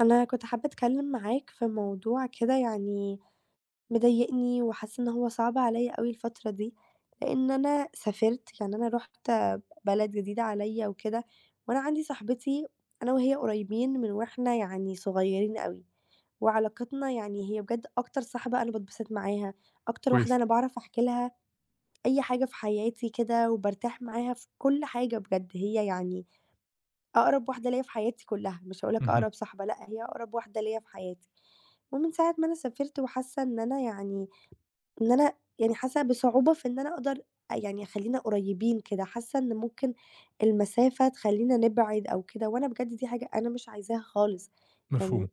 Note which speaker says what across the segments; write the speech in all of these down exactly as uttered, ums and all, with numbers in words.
Speaker 1: أنا كنت حابة أتكلم معاك في موضوع كده يعني مضايقني وحاسة إن هو صعب عليّا أوي الفترة دي، لإن أنا سافرت، يعني أنا رُحت بلد جديدة عليّا وكده، وأنا عندي صاحبتي أنا وهي قريبين من وإحنا يعني صغيرين أوي، وعلاقتنا يعني هي بجد أكتر صاحبة أنا باتبسط معاها، أكتر واحدة
Speaker 2: كويس،
Speaker 1: أنا باعرف أحكي لها أي حاجة في حياتي كده وبارتاح معاها في كل حاجة بجد، هي يعني أقرب واحدة ليّا في حياتي كلها، مش هاقول لك
Speaker 2: اهم،
Speaker 1: أقرب صاحبة لأ، هي أقرب واحدة ليّا في حياتي. ومن ساعة ما أنا سافرت وحاسة إن أنا يعني إن أنا يعني حاسة بصعوبة في إن أنا أقدر يعني أخلّينا قريبين كده، حاسة إن ممكن المسافة تخلّينا نبعد أو كده، وأنا بجد دي حاجة أنا مش عايزاها خالص، يعني
Speaker 2: مفهوم.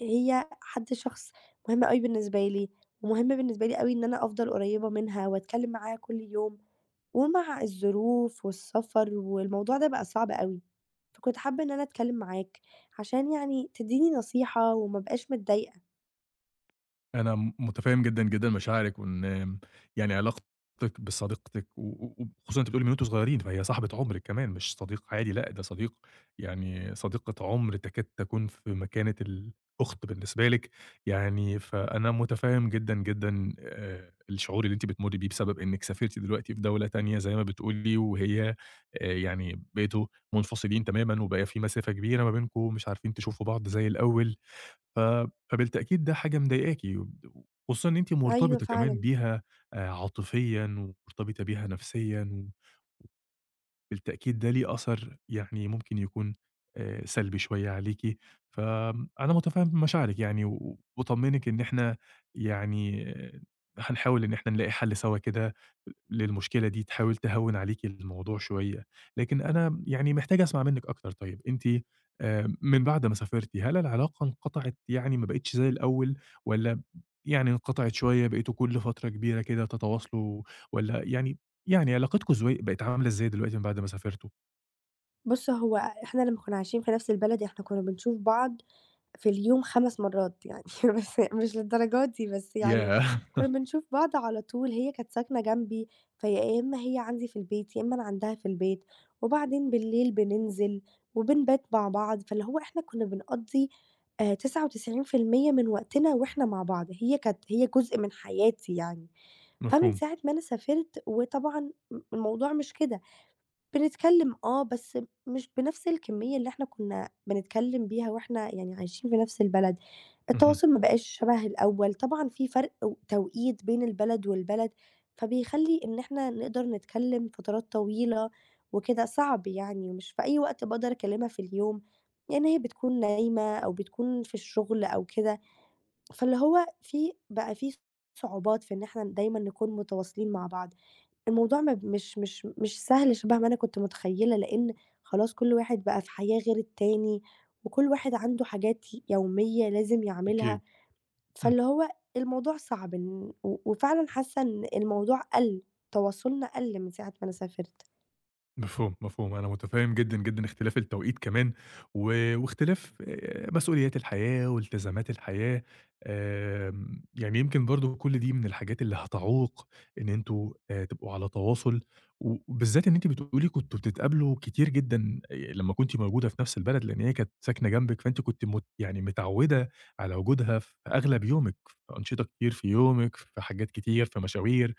Speaker 1: هي حد شخص مهم أوي بالنسبة لي، ومهم بالنسبة لي أوي إن أنا أفضل قريبة منها وأتكلم معاها كل يوم، ومع الظروف والسفر والموضوع ده بقى صعب أوي، فكنت حابة إن أنا أتكلم معاك عشان يعني تدّيني نصيحة وما أبقاش متضايقة.
Speaker 2: أنا م متفهم جدًا، جدًا مشاعرِك، وإن آمم، يعني علاقتِك بصديقتِك و و وخصوصًا أنتِ بتقولي من وأنتم صغيرين، فهي صاحبة عُمر كمان مش صديق عادي، لأ ده صديق يعني صديقة عُمر تكاد تكون في مكانة الأخت بالنسبة لِك، يعني فأنا متفهم جدًا، جدًا آآ، الشعور اللي أنتِ بتمُرّي بيه بسبب إنِّك سافرتِ دلوقتي في دولة تانية زي ما بتقولي، وهي آآ، يعني بقيتوا منفصلين تمامًا، وبقى في مسافة كبيرة ما بينكم، مش عارفين تشوفوا بعض زي الأول. ف فبالتأكيد ده حاجة مضايقاكِ، وخصوصًا إن أنتِ
Speaker 1: أيوه
Speaker 2: مرتبطة كمان
Speaker 1: فعلًا.
Speaker 2: بيها آآ عاطفيًا، ومرتبطة بيها نفسيًا بالتأكيد ده ليه أثر يعني ممكن يكون آآ سلبي شوية عليكِ، فأنا مُتفهِّم مشاعرِك يعني و وباطمّنِك إن إحنا يعني آه، هنحاول إن إحنا نلاقي حَل سوا كده للمشكلة دي تحاول تهوِّن عليكِ الموضوع شوية، لكن أنا يعني محتاج أسمع منِّك أكتر. طيب، أنتِ آآ من بعد ما سافرتِ هل العلاقة انقطعت يعني ما بقِتش زي الأول والّا يعني انقطعت شوية بقيتوا كل فترة كبيرة كده تتواصلوا والّا يعني يعني علاقتكم زو بقت عاملة إزاي دلوقتي من بعد ما سافرتوا؟
Speaker 1: بُص، هو إحنا لمّا كنا عايشين في نفس البلد، إحنا كنا بنشوف بعض في اليوم 5 مرّات يعني بس مش للدرجة دي، بس يعني
Speaker 2: ياه!
Speaker 1: كنا بنشوف بعض على طول، هي كانت ساكنة جنبي، فيا يا إمّا هي عندي في البيت، يا إمّا أنا عندها في البيت، وبعدين بالليل بننزل وبنبات مع بعض، فاللي هو إحنا كنا بنقضّي آآ تسعة وتسعين في المية من وقتنا وإحنا مع بعض، هي كانت هي جزء من حياتي يعني، فمن
Speaker 2: مفهوم.
Speaker 1: ساعة ما أنا سافرت وطبعًا م الموضوع مش كده. بنتكلّم آه، بس مش بنفس الكمّية اللي إحنا كُنّا بنتكلّم بيها وإحنا يعني عايشين في نفس البلد،
Speaker 2: اهم.
Speaker 1: التواصل ما بقاش شَبه الأول، طبعًا في فرق و توقيت بين البلد والبلد، فبيخلّي إن إحنا نقدر نتكلّم فترات طويلة وكده صعب يعني، ومش في أي وقت باقدر أكلّمها في اليوم، لإن هي بتكون نايمة أو بتكون في الشغل أو كده، فاللي هو في بقى في صعوبات في إن إحنا دايمًا نكون متواصلين مع بعض. الموضوع ما ب مش مش مش سهل شبه ما أنا كنت متخيّلة، لإن خلاص كل واحد بقى في حياة غير التاني، وكل واحد عنده حاجات يومية لازم
Speaker 2: أكيد.
Speaker 1: يعملها،
Speaker 2: إمم.
Speaker 1: فاللي هو الموضوع صعب إن و وفعلًا حاسة إن الموضوع قَل، تواصلنا قَل من ساعة ما أنا سافرت.
Speaker 2: مفهوم، مفهوم، أنا متفهم جدًا، جدًا اختلاف التوقيت كمان و واختلاف آآ مسؤوليات الحياة والتزامات الحياة، آمم، يعني يمكن برضه كل دي من الحاجات اللي هتعوق إن أنتم آآ تبقوا على تواصل، و وبالذات إن أنتِ بتقولي كنتم بتتقابلوا كتير جدًا آآ لمّا كنتِ موجودة في نفس البلد، لإن هي كانت ساكنة جنبِك، فأنتِ كنتِ مت يعني متعودة على وجودها في أغلب يومِك، في أنشطة كتير في يومِك، في حاجات كتير، في مشاوير،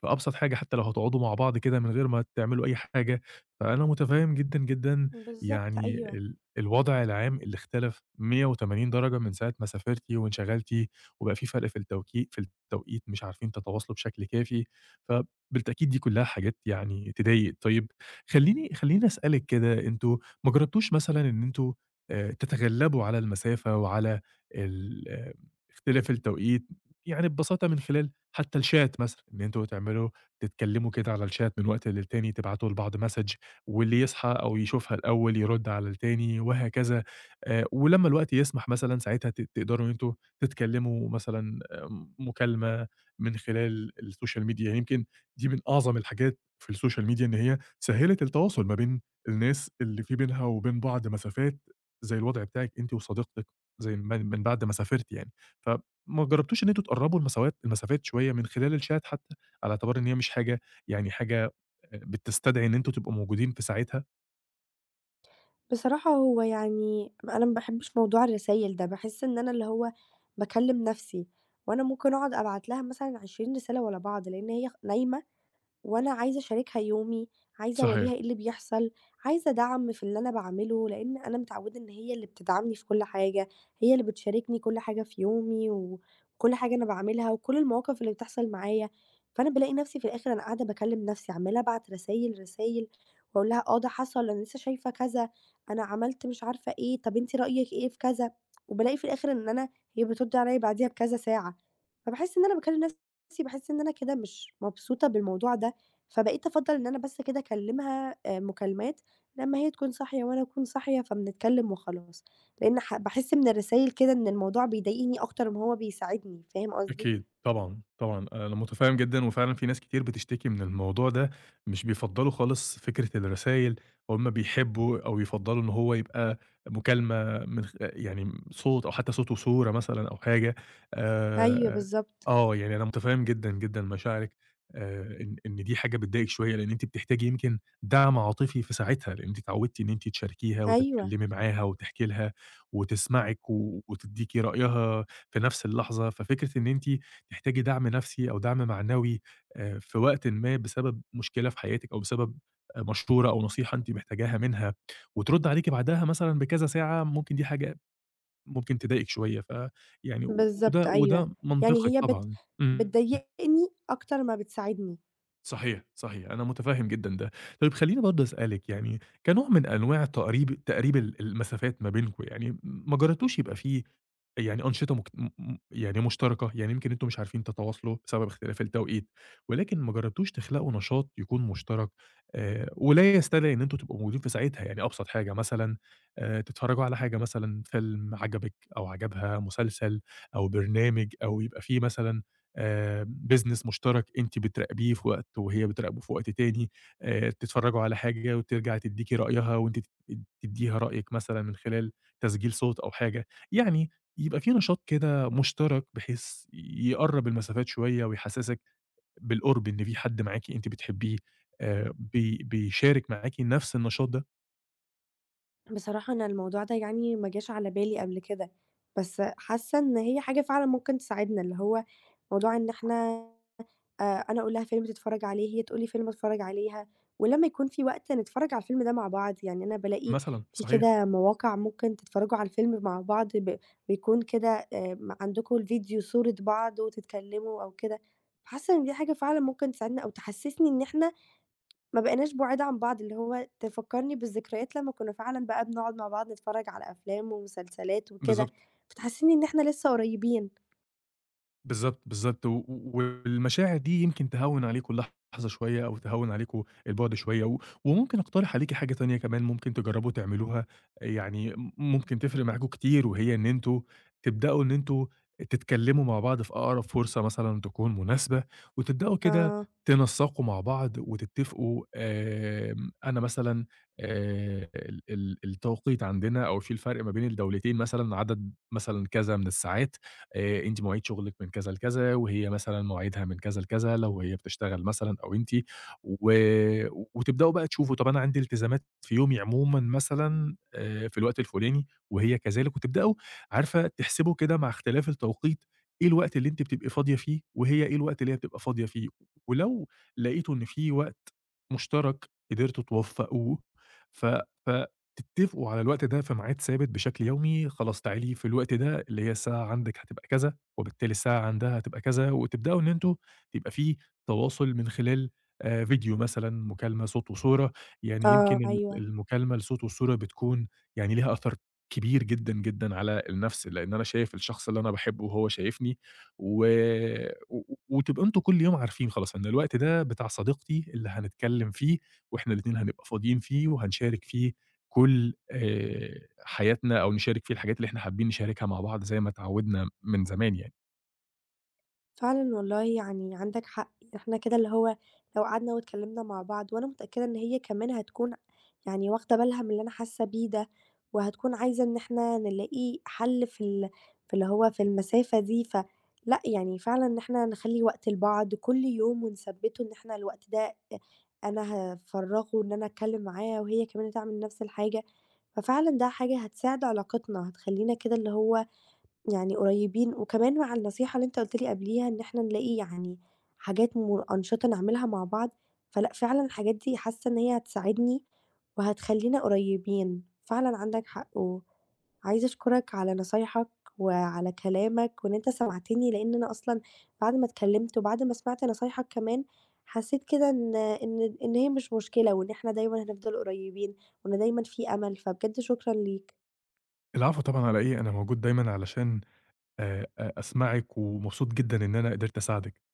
Speaker 2: في أبسط حاجة حتى لو هتقعدوا مع بعض كده من غير ما تعملوا أي حاجة. فأنا متفهم جدًا، جدًا
Speaker 1: بالضبط
Speaker 2: يعني
Speaker 1: أيوه.
Speaker 2: ال الوضع العام اللي اختلف مية وتمانين درجة من ساعة ما سافرتِ وانشغلتِ، وبقى في فرق في التوكي في التوقيت مش عارفين تتواصلوا بشكل كافي، فبالتأكيد دي كلها حاجات يعني تضايق. طيب خلّيني خلّيني أسألِك كده، أنتم ما جربتوش مثلًا إن أنتم آآ تتغلبوا على المسافة وعلى ال آه، اختلاف التوقيت، يعني ببساطة من خلال حتى الchat مثلًا، إن أنتم تعملوا تتكلموا كده على الchat من وقت للتاني، تبعتوا لبعض message واللي يصحى أو يشوفها الأول يرُد على التاني وهكذا، آآ ولمّا الوقت يسمح مثلًا ساعتها ت تقدروا إن أنتم تتكلموا مثلًا آه، مكالمة من خلال السوشيال ميديا، يعني يمكن دي من أعظم الحاجات في السوشيال ميديا إن هي سهّلت التواصل ما بين الناس اللي في بينها وبين بعض مسافات زي الوضع بتاعِك أنتِ وصديقتِك زي من من بعد ما سافرتِ يعني، فما جرّبتوش إن أنتم تقرّبوا المساوات المسافات شوية من خلال الchat حتى على اعتبار إن هي مش حاجة يعني حاجة آآ بتستدعي إن أنتم تبقوا موجودين في ساعتها؟
Speaker 1: بصراحة هو يعني م أنا ما باحبش موضوع الرسايل ده، باحس إن أنا اللي هو باكلّم نَفْسي، وأنا ممكن أقعد أبعت لها مثلًا عشرين رسالة ورا بعض، لإن هي خ نايمة وأنا عايزة أشاركها يومي، عايزة
Speaker 2: صحيح.
Speaker 1: أورّيها إيه اللي بيحصل، عايزة دعم في اللي أنا باعمله، لإن أنا متعوّدة إن هي اللي بتدعمني في كل حاجة، هي اللي بتشاركني كل حاجة في يومي، وكل حاجة أنا باعملها، وكل المواقف اللي بتحصل معايا، فأنا بالاقي نفسي في الآخر أنا قاعدة باكلّم نفسي، عمّالة أبعت رسايل، رسايل وأقول لها آه ده حصل، أنا لسه شايفة كذا، أنا عملت مش عارفة إيه، طب أنتِ رأيِك إيه في كذا، وبالاقي في الآخر إن أنا هي بترد عليَّ بعديها بكذا ساعة، فباحس إن أنا باكلّم نفسي، باحس إن أنا كده مش مبسوطة بالموضوع ده. فبقيت أفضّل إن أنا بس كده أكلّمها آآ مكالمات لمّا هي تكون صاحية وأنا أكون صاحية، فبنتكلّم وخلاص، لإن ح باحس من الرسايل كده إن الموضوع بيضايقني أكتر ما هو بيساعدني، فاهم قصدي؟
Speaker 2: أكيد، طبعًا، طبعًا، أنا مُتفهِّم جدًا وفعلًا في ناس كتير بتشتكي من الموضوع ده، مش بيفضّلوا خالص فكرة الرسايل، هُم بيحبّوا أو يفضّلوا إن هو يبقى مكالمة من خ يعني صوت أو حتّى صوت وصورة مثلًا أو حاجة
Speaker 1: أيوه
Speaker 2: آآ،
Speaker 1: بالضبط،
Speaker 2: آه، يعني أنا مُتفهِّم جدًا، جدًا مشاعرِك آآ، إن إن دي حاجة بتضايقِك شوية لإن أنتِ بتحتاجي يمكن دعم عاطفي في ساعتها، لإن أنتِ اتعوّدتِ إن أنتِ تشاركيها
Speaker 1: أيوه،
Speaker 2: وتتكلّمي معاها وتحكي لها وتسمعِك و وتدّيكِ رأيها في نفس اللحظة، ففكرة إن أنتِ تحتاجي دعم نفسي أو دعم معنوي آآ في وقتٍ ما بسبب مشكلة في حياتِك أو بسبب آآ مشورة أو نصيحة أنتِ محتاجاها منها، وترد عليكِ بعدها مثلًا بكذا ساعة، ممكن دي حاجة ممكن تضايقِك شوية، فيعني
Speaker 1: بالضبط
Speaker 2: وده
Speaker 1: أيوه،
Speaker 2: وده منطقي
Speaker 1: يعني هي بت
Speaker 2: طبعًا. إمم.
Speaker 1: بتضايقني أكتر ما بتساعدني.
Speaker 2: صحيح، صحيح، أنا متفهم جدًا ده. طيب خلّيني برضه أسألِك يعني كنوع من أنواع تقريب تقريب ال المسافات ما بينكم يعني ما جرّبتوش يبقى في يعني أنشطة مك م م يعني مشتركة؟ يعني يمكن أنتم مش عارفين تتواصلوا بسبب اختلاف التوقيت، ولكن ما جرّبتوش تخلقوا نشاط يكون مشترك آآ، ولا يستدعي إن أنتم تبقوا موجودين في ساعتها، يعني أبسط حاجة مثلًا آآ، تتفرّجوا على حاجة مثلًا فيلم عجبِك أو عجبها، مسلسل أو برنامج أو يبقى في مثلًا آآ business مشترك أنتِ بتراقبيه في وقت وهي بتراقبه في وقت تاني، آآ تتفرّجوا على حاجة وترجع تدّيكِ رأيها وأنتِ تد تدّيها رأيِك مثلًا من خلال تسجيل صوت أو حاجة، يعني يبقى في نشاط كده مشترك بحيث يقرّب المسافات شوية ويحسّسِك بالقرب إن في حد معاكِ أنتِ بتحبيه، آآ بي بيشارك معاكِ نفس النشاط ده
Speaker 1: بصراحة أنا الموضوع ده يعني ما جاش على بالي قبل كده، بس حاسة إن هي حاجة فعلًا ممكن تساعدنا، اللي هو موضوع إن إحنا آآ أنا أقول لها فيلم تتفرّج عليه، هي تقول لي فيلم أتفرّج عليها، ولمّا يكون في وقت نتفرّج على الفيلم ده مع بعض، يعني أنا بالاقي
Speaker 2: مثلًا،
Speaker 1: في
Speaker 2: صحيح،
Speaker 1: كده مواقع ممكن تتفرّجوا على الفيلم مع بعض ب بيكون كده آمم عندكم الفيديو صورة بعض وتتكلّموا أو كده، فحاسّة إن دي حاجة فعلًا ممكن تساعدنا أو تحسّسني إن إحنا ما بقيناش بُعاد عن بعض، اللي هو تفكّرني بالذكريات لمّا كُنّا فعلًا بقى بنقعد مع بعض نتفرّج على أفلام ومسلسلات وكده،
Speaker 2: بالضبط.
Speaker 1: فتحسّسني إن إحنا لسّه قريّبين.
Speaker 2: بالضبط، بالضبط، و والمشاعر دي يمكن تهوّن عليكم اللحظة شوية أو تهوّن عليكم البُعد شوية، و وممكن أقترح عليكِ حاجة تانية كمان ممكن تجرّبوا تعملوها، يعني م ممكن تفرق معاكم كتير وهي إن أنتم تبدأوا إن أنتم تتكلّموا مع بعض في أقرب فرصة مثلًا تكون مناسبة، وتبدأوا كده
Speaker 1: آه،
Speaker 2: تنسّقوا مع بعض وتتفقوا آمم، أنا مثلًا آآ، ال ال التوقيت عندنا أو في الفرق ما بين الدولتين مثلًا عدد مثلًا كذا من الساعات. آآ أنتِ مواعيد شغلِك من كذا لكذا، وهي مثلًا مواعيدها من كذا لكذا لو هي بتشتغل مثلًا أو أنتِ، و وتبدأوا بقى تشوفوا طَب أنا عندي التزامات في يومي عمومًا مثلًا آآ في الوقت الفلاني وهي كذلك، وتبدأوا عارفة تحسبوا كده مع اختلاف التوقيت إيه الوقت اللي أنتِ بتبقي فاضية فيه، وهي إيه الوقت اللي هي بتبقى فاضية فيه، ولو لقيتوا إن في وقت مشترك قدرتوا توفّقوه ف ف تتفقوا على الوقت ده في ميعاد ثابت بشكل يومي، خلاص تعالي في الوقت ده اللي هي الساعة عندِك هتبقى كذا، وبالتالي الساعة عندها هتبقى كذا، وتبدأوا إن أنتم يبقى في تواصل من خلال آآ فيديو مثلًا، مكالمة صوت وصورة، يعني
Speaker 1: آه،
Speaker 2: يمكن ال
Speaker 1: أيوه.
Speaker 2: المكالمة الصوت والصورة بتكون يعني ليها أثر كبير جدًا، جدًا على النفس، لإن أنا شايف الشخص اللي أنا باحبه وهو شايفني، و و وتبقوا أنتم كل يوم عارفين خلاص إن الوقت ده بتاع صديقتي اللي هنتكلم فيه، وإحنا الاتنين هنبقى فاضيين فيه وهنشارك فيه كل آآ حياتنا أو نشارك فيه الحاجات اللي إحنا حابين نشاركها مع بعض زي ما اتعودنا من زمان يعني.
Speaker 1: فعلًا والله يعني عندك حق، إحنا كده اللي هو لو قعدنا واتكلمنا مع بعض وأنا متأكدة إن هي كمان هتكون يعني واخدة بالها من اللي أنا حاسة بيه ده، وهتكون عايزة إن إحنا نلاقي حل في ال في اللي هو في المسافة دي، فلأ يعني فعلًا إن إحنا نخلّي وقت لبعض كل يوم ونثبّته إن إحنا الوقت ده أ أنا هافرّغه إن أنا أتكلم معاها وهي كمان تعمل نفس الحاجة، ففعلًا ده حاجة هتساعد علاقتنا، هتخلّينا كده اللي هو يعني قريبين، وكمان مع النصيحة اللي أنت قُلت لي قبليها إن إحنا نلاقي يعني حاجات م أنشطة نعملها مع بعض، فلأ فعلًا الحاجات دي حاسة إن هي هتساعدني وهتخلّينا قريبين، فعلًا عندك حق، وعايزة أشكرك على نصايحك وعلى كلامك وإن أنت سمعتني، لإن أنا أصلًا بعد ما اتكلمت وبعد ما سمعت نصايحك كمان حسيت كده إن إن إن هي مش مشكلة، وإن إحنا دايمًا هنفضل قريبين، وإن دايمًا في أمل، فبجد شكرًا ليك.
Speaker 2: العفو طبعًا على إيه، أنا موجود دايمًا علشان آآ أ أسمعِك ومبسوط جدًا إن أنا قدرت أساعدِك.